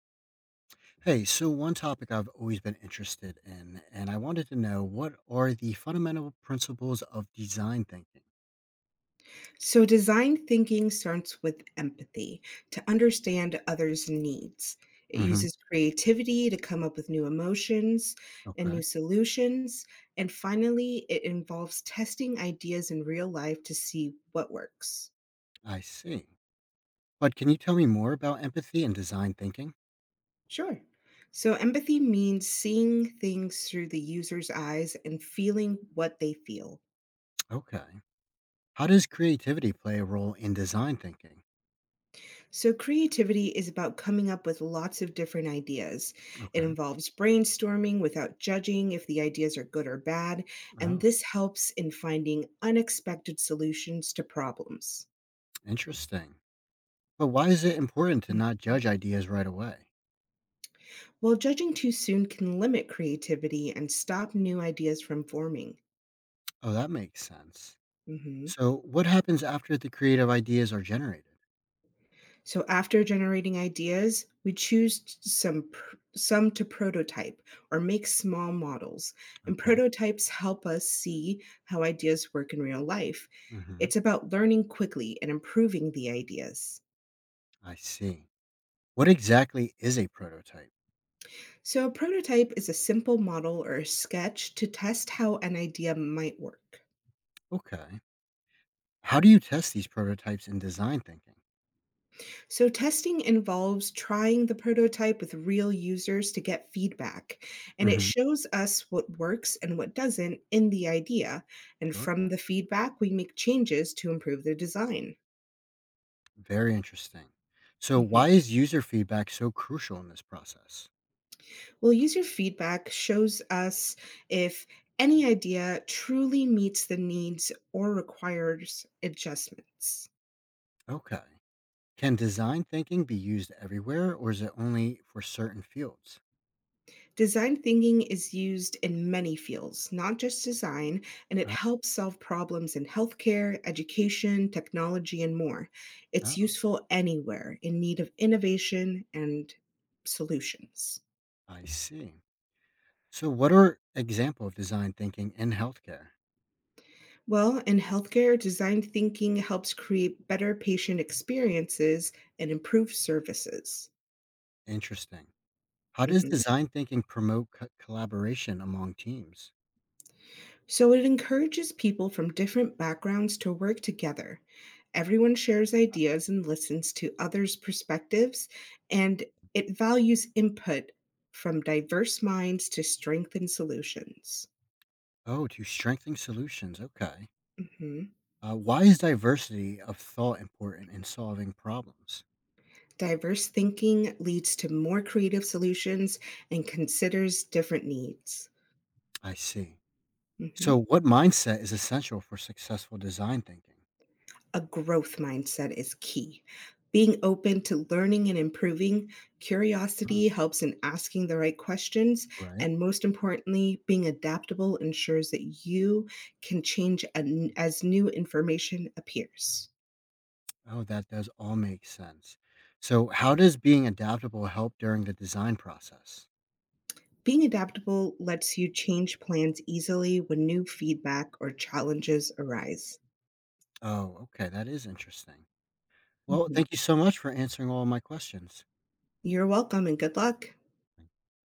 Hey, so one topic I've always been interested in, and I wanted to know what are the fundamental principles of design thinking? So, design thinking starts with empathy to understand others' needs. It hmm uses creativity to come up with new emotions and Okay. new solutions. And finally, it involves testing ideas in real life to see what works. I see. But can you tell me more about empathy and design thinking? Sure. So, empathy means seeing things through the user's eyes and feeling what they feel. Okay. How does creativity play a role in design thinking? So, creativity is about coming up with lots of different ideas. It Okay. involves brainstorming without judging if the ideas are good or bad, and Oh, this helps in finding unexpected solutions to problems. interesting. But why is it important to Mhm. not judge ideas right away? While judging too soon can limit creativity and stop new ideas from forming. Oh, that makes sense. Mhm. So, what happens after the creative ideas are generated? So after generating ideas, we choose some to prototype or make small models. And Okay. prototypes help us see how ideas work in real life. hmm It's about learning quickly and improving the ideas. I see. What exactly is a prototype? So a prototype is a simple model or a sketch to test how an idea might work. Okay. How do you test these prototypes in design thinking? So, testing involves trying the prototype with real users to get feedback, and it hmm shows us what works and what doesn't in the idea. And Sure. from the feedback, we make changes to improve the design. Very interesting. So, Mhm. why is user feedback so crucial in this process? Well, user feedback shows us if any idea truly meets the needs or requires adjustments. Okay. Can design thinking be used everywhere or is it only for certain fields? Design thinking is used in many fields, not just design, and it Oh, helps solve problems in healthcare, education, technology, and more. It's oh, useful anywhere in need of innovation and solutions. I see. So, what are example of design thinking in healthcare? Well, in healthcare, design thinking helps create better patient experiences and improve services. Interesting. How does Mhm. design thinking promote collaboration among teams? So it encourages people from different backgrounds to work together. Everyone shares ideas and listens to others' perspectives, and it values input from diverse minds to strengthen solutions. Oh, to strengthen solutions. Okay. Mhm. Why is diversity of thought important in solving problems? Diverse thinking leads to more creative solutions and considers different needs. I see. Mhm. So, what mindset is essential for successful design thinking? A growth mindset is key. Being open to learning and improving, Ah, curiosity helps in asking the right questions. right. And most importantly, being adaptable ensures that you can as new information appears. Oh, that does all make sense. So, how does being adaptable help during the design process? Being adaptable lets you change plans easily when new feedback or challenges arise. Oh, okay. That is interesting. Well, Mhm. thank you so much for answering all my questions. You're welcome and good luck.